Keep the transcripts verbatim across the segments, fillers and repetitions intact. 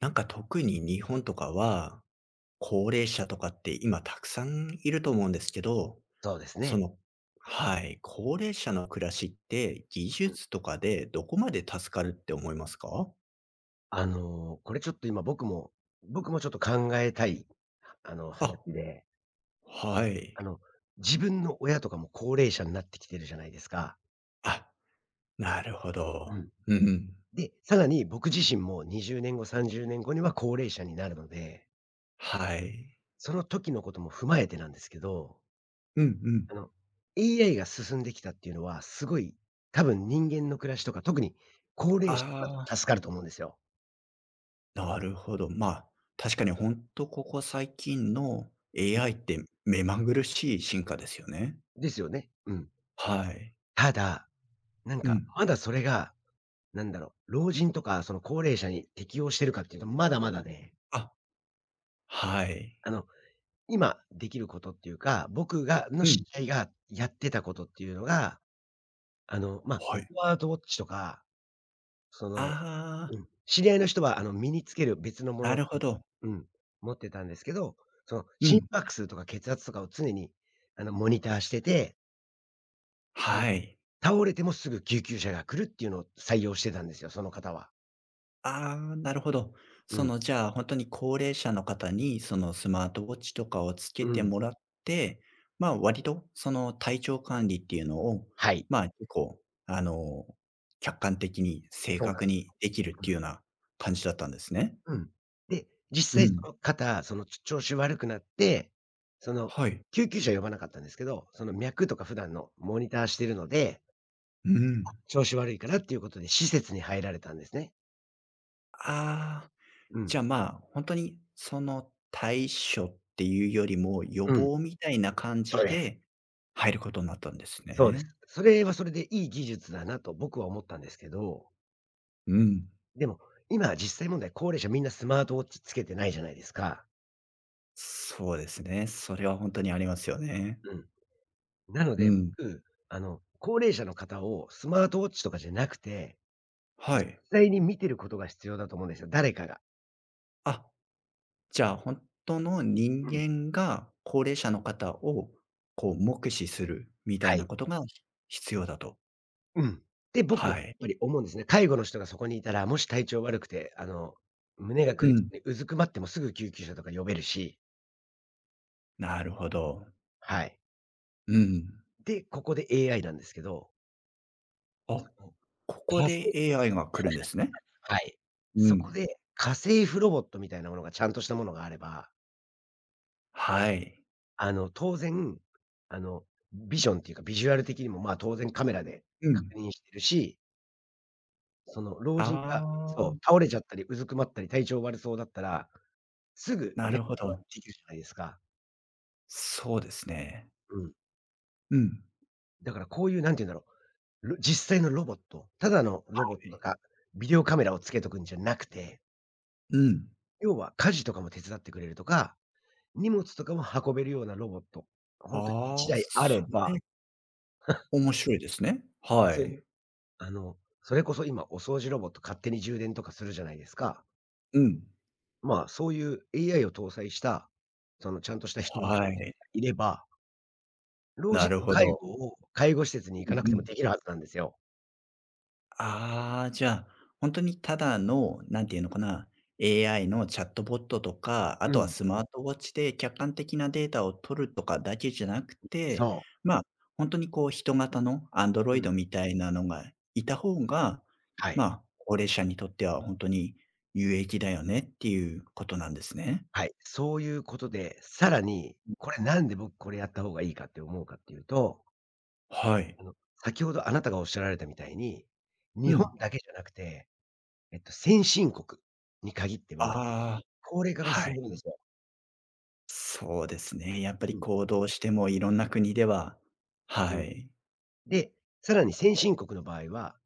なんか特に日本とかは、高齢者とかって今たくさんいると思うんですけど、そうですそね。のはい、高齢者の暮らしって技術とかでどこまで助かるって思いますか？あの、これちょっと今僕も僕もちょっと考えたい、あの、話あ、で、はい。あの、自分の親とかも高齢者になってきてるじゃないですか。あ、なるほうど。ん。うんうん。で、さらに僕自身もにじゅうねんご、さんじゅうねんごには高齢者になるので、はい。その時のことも踏まえてなんですけど、うんうん。あの、エーアイ が進んできたっていうのは、すごい、多分人間の暮らしとか、特に高あ齢者はあ、助かると思うんですよ。なるほど。まあ、確かにほんとここ最近の エーアイ って目まぐるしい進化ですよね。ですよね。うん。はい。ただ、なんうか、ん。まだそれがなんだろう、老人とかその高齢者に適応してるかっていうと、まだまだね、あ、はい。あの、今できることっていうか、僕がのう知んり合いがやってたことっていうのが、あの、ま、あはスい。マートウォッチとか、その、ああ、うん、知り合いの人はあの、身につける別のものなをるほど。うん、持ってたんですけど、そのう心ん。拍数とか血圧とかを常にあの、モニターしてて、あの、はい。倒れてもすぐ救急車が来るっていうのを採用してたんですよ、その方は。ああ、なるほど。うそん、の、じゃあ、本当に高齢者の方に、その、スマートウォッチとかをつうけてん。もらって、ま、あ割と、その、体調管理っていうのを、はい、まあ、結構、あの、客観的に正そうなん確です。にできるっていうような感じだったんですね。うん。で、実う際ん。その方、その、ち調子悪くなって、その、はい。救急車呼ばなかったんですけど、その脈とか普段のモニターしてるので、うん。調子悪いからっていうことで施設に入られたんですね。ああ。うじゃん。あ、まあ、本当にその対処っていうよりも、予うん。防みたいな感そじうです。で入ることになったんですそうです。ね。それはそれでいい技術だなと僕は思ったんですけど、うん。でも、今実際問題、高齢者みんなスマートウォッチつけてないじゃないですか。そうですね。それは本当にありますよね。うん。なのうで、ん。僕、あの、高齢者の方をスマートウォッチとかじゃなくて、実はい。際に見てることが必要だと思うんですよ、誰かが。あ、じゃあ、本当の人うん。間が高齢者の方をこう目視するみたはいない。ことが必要だと。うん。で、僕やっはい。ぱり思うんですね。介護の人がそこにいたら、もし体調悪くて、あの、胸がう苦しくん。てうずくまってもすぐ救急車とか呼べるし、なるほど。はい。うん。で、ここで エーアイ なんですけど、あ、その、ここで エーアイ が来るんですね。はい。うそん。こで家政婦ロボットみたいなものがちゃんとしたものがあれば、はい。あの、当然、あの、ビジョンっていうかビジュアル的にも、まあ、当然カメラでう確ん。認してるし、その老人があそう、あ、倒れちゃったりうずくまったり体調悪そうだったら、すぐな連るほ絡はど。できるじゃないですか。そうですね。うん。うん、だからこういう何て言うんだろう、ろ実際のロボット、ただのロボットとか、ビデオカメラをつけとくんじゃなくて、うん。要は家事とかも手伝ってくれるとか、荷物とかも運べるようなロボット、ほんと1ああ、台あそれば、れ、面白いですね。はそい。う、あの、それこそ今お掃除ロボット勝手に充電とかするじゃないですか。うん。まあ、そういう エーアイ を搭載した、そのちゃんとした人型ロはボットがい。いれば、老な人るのほ介ど。護を介護施設に行うかなくんうてもん。できるはずなんですよ。ああ、じゃあ、本当にただの、なんていうのかな、エーアイ のチャットボットとか、あうとはん、スマートウォッチで客観的なデータを取るとかだけじゃなくて、そう。まあ、本当にこう人型のアンドうロイん。ドみたいなのがいた方が、はまい。あ、高齢者にとっては本当に有益だよねっていうことなんですね。はい。そういうことで、さらに、これなんで僕これやった方がいいかって思うかっていうと、はい。あの、先ほどあなたがおっしゃられたみたいに、日う本ん。だけじゃなくて、えっと、先進国に限っては、あ高齢化あ、がは進んい。でるんですよ。そうですね。やっぱうりん。行動してもいろんな国ではうはん。い。で、さらに先進国の場合は、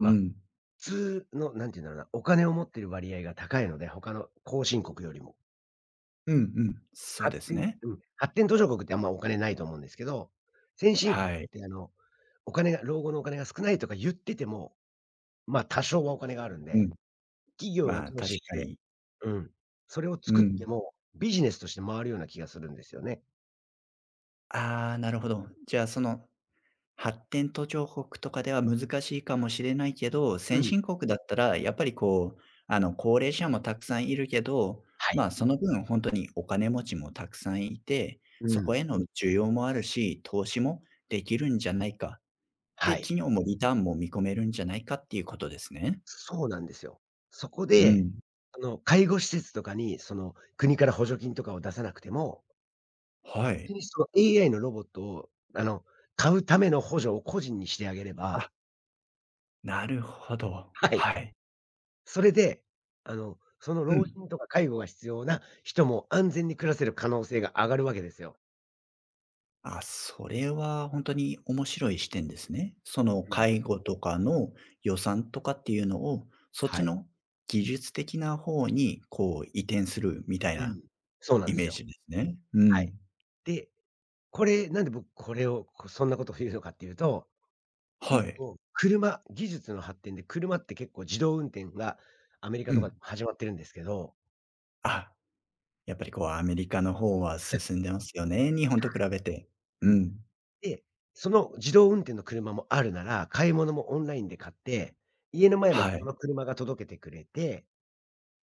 うあ、ん。普通の、なんていうんだろうな、お金を持ってる割合が高いので、他の後進国よりも。うんうん。そう発です展ね。うん、発展途上国ってあんまお金ないと思うんですけど、先進国っはい。てあの、お金が老後のお金が少ないとか言ってても、ま、多少はお金があるんうで、ん。企業がまあ、投確資しかてに。うん、それをう作ってん。も、ビジネスとして回るような気がするんですよね。ああ、なるほど。じゃあ、その、発展途上国とかでは難しいかもしれないけど、う先ん、進国だったら、やっぱりこう、あの、高齢者もたくさんいるけど、はい。まあ、その分、本当にお金持ちもたくさんいて、うそこん、への需要もあるし、投資もできるんじゃないか。で、はい。企業もリターンも見込めるんじゃないかっていうことですね。そうなんですよ。そこうで、ん。あの、介護施設とかにその、国から補助金とかを出さなくても、本は当い。にその エーアイ のロボットを、あの、買うための補助を個人にしてあげれあ、ばなるほど。はい。はい。それで、あの、そのう老ん。人とか介護が必要な人も安全に暮らせる可能性が上がるわけですよ。あ、それは本当に面白い視点ですね。そのうん。介護とかの予算とかっていうのを、そっはちい。の技術的な方にこう移転するみたいうなん。そうなんイでメすーよ。ジですね。うはい。ん。で、これ、なんで僕これを、こそんなことを言うのかっていうと、は一い。歩車技術の発展で車って結構自動運転がアメリカうとかでん。始まってるんですけど、あ、やっぱりこうアメリカの方は進んでますよね、日本と比べて。ううん。ん。で、その自動運転の車もあるなら、買い物もオンラインで買って、家の前まではそい。の車が届けてくれて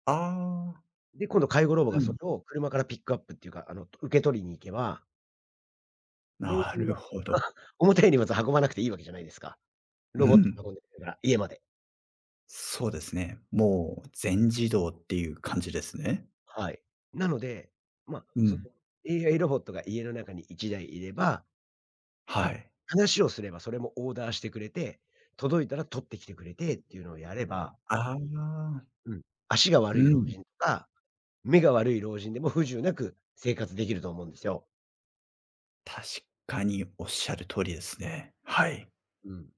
ああ、で、今度介護ロボうがそれん。を車からピックアップっていうか、あの、受け取りに行けば、老な人るはほど。重たい荷物運ばなくていいわけじゃないですか。ロうボットがん。運んでくれるから、家まで。そうですね。もう全自動っていう感じですね。はい。なので、まあ、うそん。の エーアイ ロボットが家の中に1台いいれば、はい。話をすればそれもオーダーしてくれて、届いたら取ってきてくれてっていうのをやれば、ああ、うん、足が悪いう老ん、人とか、目が悪い老人でも不自由なく生活できると思うんですよ。確かにおっしゃる通りですね。はい。うん。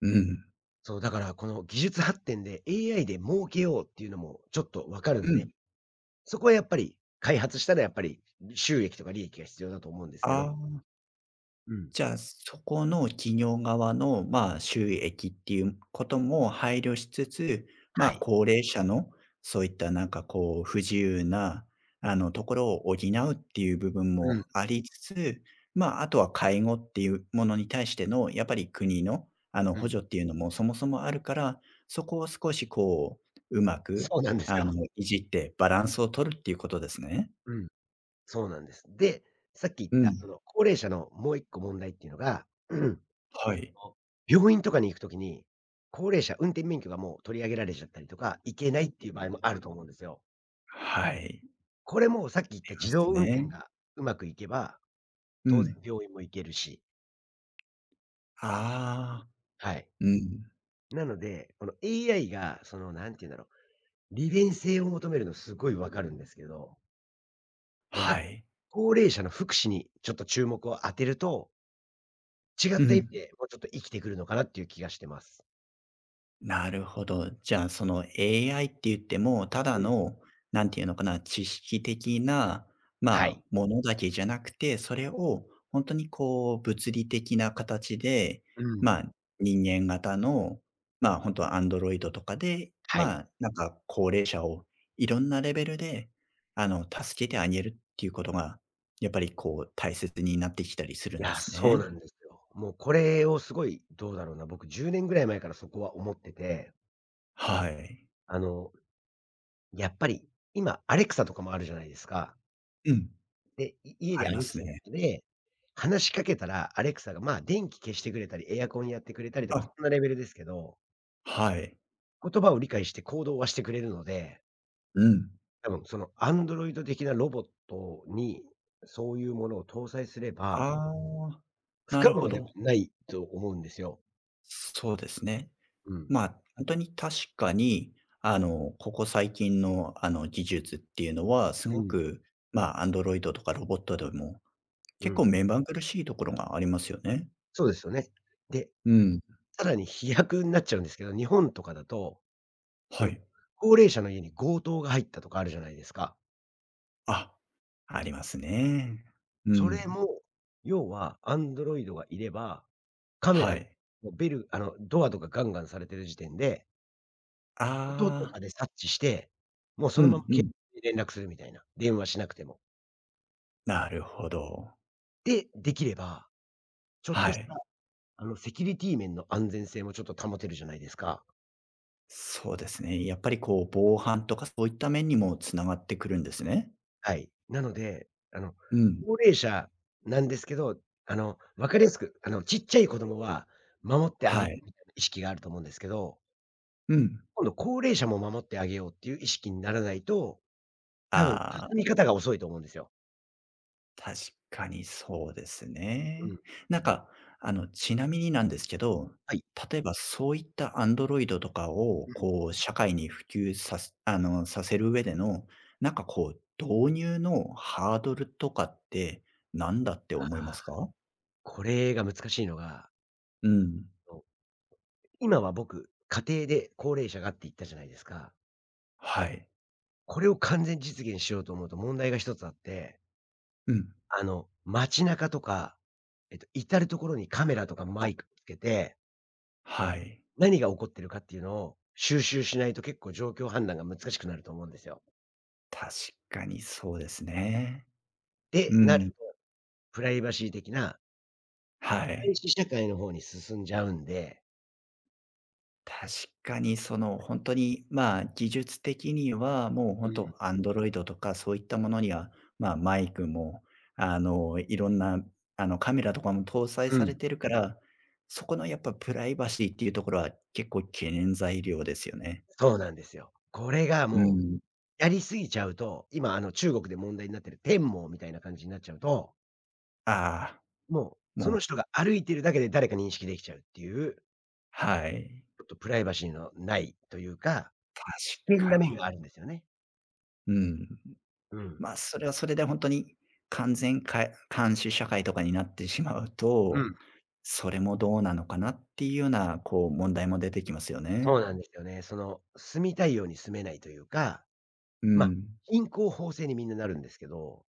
うん、そう、だからこの技術発展で エーアイ で儲けようっていうのもちょっとわかるんうで、ん。そこはやっぱり開発したらやっぱり収益とか利益が必要だと思うんですけど。あうん。じゃあ、そこの企業側の、まあ、収益っていうことも配慮しつつ、まはあ、い。高齢者のそういったなんかこう不自由な、あの、ところを補うっていう部分うん、もありつつ、まあ、あとは介護っていうものに対しての、やっぱり国の、あの、う補助っん。ていうのもそもそもあるから、そこを少しこう、うまく、そうなんですあよ。の、いじってバランスを取るっていうことですね。うん、そうなんです。で、さっき言っうたん。その高齢者のもう一個問題っていうのが、うん はい。病院とかに行くときに、高齢者運転免許がもう取り上げられちゃったりとか、行けないっていう場合もあると思うんですよ。はい。あこれもさっき言っりたま自す動運転ね。がうまくいけば、う当然ん。病院も行けるしああ、はい。うん。なので、この エーアイ が、その、なんて言うんだろう、利便性を求めるのすごいわかるんですけど、こはの、い。高齢者の福祉にちょっと注目を当てると、違っうた意味ん。でもうちょっと生きてくるのかなっていう気がしてます。なるほど。じゃあ、その エーアイ って言っても、ただうん。の、なんていうのかな、知識的な、はまあ、い。ものだけじゃなくて、それを本当にこう、物理的な形で、うん。まあ、人間型の、まあ、本当はアンドロイドとかで、はい。まあ、なんか高齢者をいろんなレベルで、あの、助けてあげるっていうことが、やっぱりこう、大切になってきたりするいんでや、すそうね。なんですよ。もうこれをすごい、どうだろうな、僕じゅうねんぐらい前からそこは思ってて、はい。あの、やっぱり、今、アレクサとかもあるじゃないですか。うん、で、い家あでりアまレクすサね。で、話しかけたら、アレクサが、まあ、電気消してくれたり、エアコンやってくれたりとか、そあ、んなレベルですけど、はい。言葉を理解して行動はしてくれるので、うん。多分そのアンドロイド的なロボットに、そういうものを搭載すれば、ああ、不な可るほ能ではど。ないと思うんですよ。そうですね。うん。まあ、本当に確かに、あの、ここ最近の、あの、技術っていうのは、すうごん。く、まあ、アンドロイドとかロボットでも、う結構ん。目まぐるしいところがありますよね。そうですよね。で、うん。さらに飛躍になっちゃうんですけど、日本とかだと、そはの、い。高齢者の家に強盗が入ったとかあるじゃないですか。あ、ありますね。うそれん。も、要はアンドロイドがいれば、カメはラ、い。ベルあの、ドアとかガンガンされてる時点で、音とああ、かで察知して、もうそうのままんう警ん。察に連絡するみたいな、電話しなくても。なるほど。で、できれば、ちょっはとしい。た、あの、セキュリティ面の安全性もちょっと保てるじゃないですか。そうですね。やっぱりこう、防犯とかそういった面にもつながってくるんですね。はい。なので、あの、うん。高齢者なんですけど、あの、分かりやすく、あの、ちっちゃい子供は守ってあげはるい。みたいな意識があると思うんですけど、うん。今度高齢者も守ってあげようっていう意識にならないと、多分進あみあ、方が遅いと思うんですよ。確かにそうですうん。ね。なんか、あの、ちなみになんですけど、はい。例えばそういったアンドロイドとかを、うん。こう、社会に普及させあの、させる上での、なんかこう、導入のハードルとかって何だって思いまああ、すか？これが難しいのが、うん。そう、今は僕、家庭で高齢者がって言ったじゃないですか。はい。これを完全実現しようと思うと問題が一つあって、うん。あの、街中とか、えっと、至る所にカメラとかあ、マイクつけて、はい。何が起こってるかっていうのを収集しないと結構状況判断が難しくなると思うんですよ。確かにそうですね。で、うなるん、と、プライバシー的なは監い。視社会の方に進んじゃうんで。確かにその本当に、まあ、技術的にはもうう本ん、当 アンドロイド とかそういったものには、まあ、マイクも、あの、いろんな、あの、カメラとかも搭載うされん、てるから、そこのやっぱプライバシーっていうところは結構懸念材料ですよね。そうなんですよ。これがうもん。う、やり過ぎちゃうと、今あの中国で問題になってる天網みたいな感じになっちゃうと、ああ、もうそもうの人が歩いてるだけで誰か認識できちゃうっていう、ちはい。ょっとプライバシーのないというか、確危険なか面がに。あるんですよね。うん。うん。まあ、それはそれで本当に完全か監視社会とかになってしまううと、ん、それもどうなのかなっていうような、こう、問題も出てきますよね。そうなんですよね。その、住みたいように住めないというか、うま、ん。貧困法制にみんななるんですけど、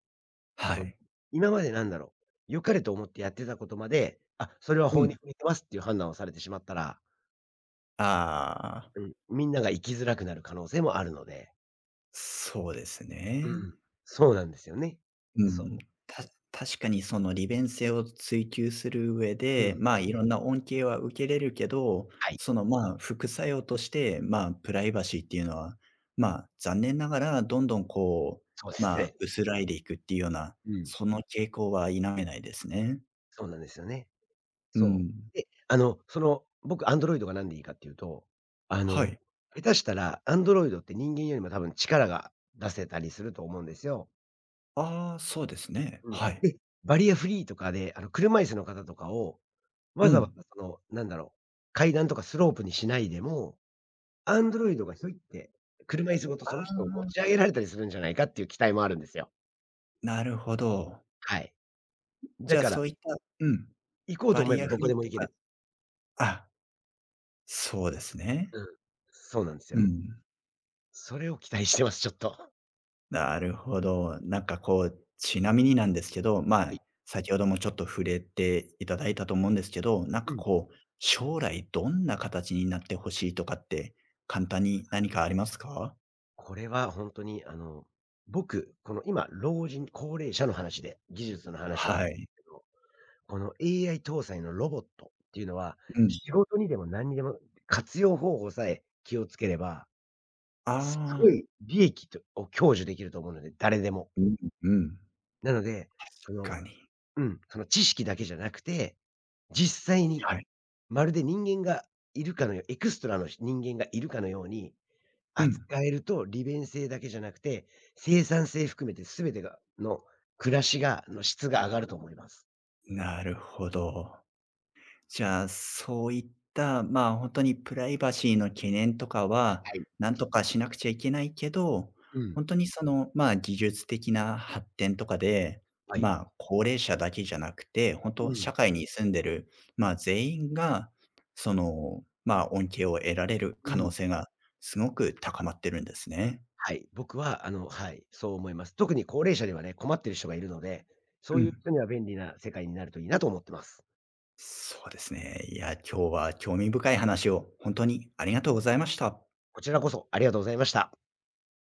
はその、い。今までなんだろう、良かれと思ってやってたことまで、あ、それはう法にん。触れてますっていう判断をされてしまったら、ああ、うん、みんなが生きづらくなる可能性もあるので。そうですうね。ん。そうなんですよね。うそん、う。た確かにその利便性を追求する上うで、ん。まあ、いろんな恩恵は受けれるけど、はい。その、まあ、副作用として、まあ、プライバシーっていうのは、まあ、残念ながらどんどんこそうでう、すまあ、ね。薄らいでいくっていうような、うん。その傾向は否めないですね。そうなんですよね。うそん。う。で、あの、その、僕アンドロイドがなんでいいかっていうと、あはの、い。下手したらアンドロイドって人間よりも多分力が出せたりすると思うんですよ。ああ、そうですね。うん。はい。で、バリアフリーとかで、あの、車椅子の方とかをうわざわん。ざその、なんだろう、階段とかスロープにしないでも、Android がひょいって、車椅子ごとその人を持ち上げられたりするんじゃないかっていう期待もあるんですよ。なるほど。はい。だじゃあかそら、ういったうん、行こうとバ思えリばアどフこリーでもと行けかる。あ、そうですね。うん。そうなんですうよ。ん。それを期待してます、ちょっと。なるほど。なんかこう、ちなみになんですけど、まはい。あ、先ほどもちょっと触れていただいたと思うんですけど、なんうかん。こう、将来どんな形になってほしいとかって、簡単に何かありますか？これはほんとにあの、僕、この今、老人高齢者の話で、技術の話を はい。この エーアイ 搭載のロボットっていうのは、うん。仕事にでも何にでも活用方法さえ気をつければあすごあ、い利益とを享受できると思うので、誰でも。うんうん。なので、そ確の、かに。うん、その知識だけじゃなくて、実際にはい。まるで人間がいるかのよう、エクストラの人間がいるかのようにうん。扱えると、利便性だけじゃなくて、生産性含めて全てがの暮らしがの質が上がると思います。なるほど。じゃあ、そういった、まあ、本当にプライバシーの懸念とかは、はい。なんとかしなくちゃいけないけど、うん。本当にその、まあ、技術的な発展とかで、はい。まあ、高齢者だけじゃなくて、本う当ん。社会に住んでる、まあ、全員が、その、まあ、恩恵を得られる可う能ん。性がすごく高まってるんですね。はい。僕はあの、はい、そう思います。特に高齢者ではね、困ってる人がいるので、そうういうん。人には便利な世界になるといいなと思ってます。そうですね。いや、今日は興味深い話を本当にありがとうございました。こちらこそありがとうございました。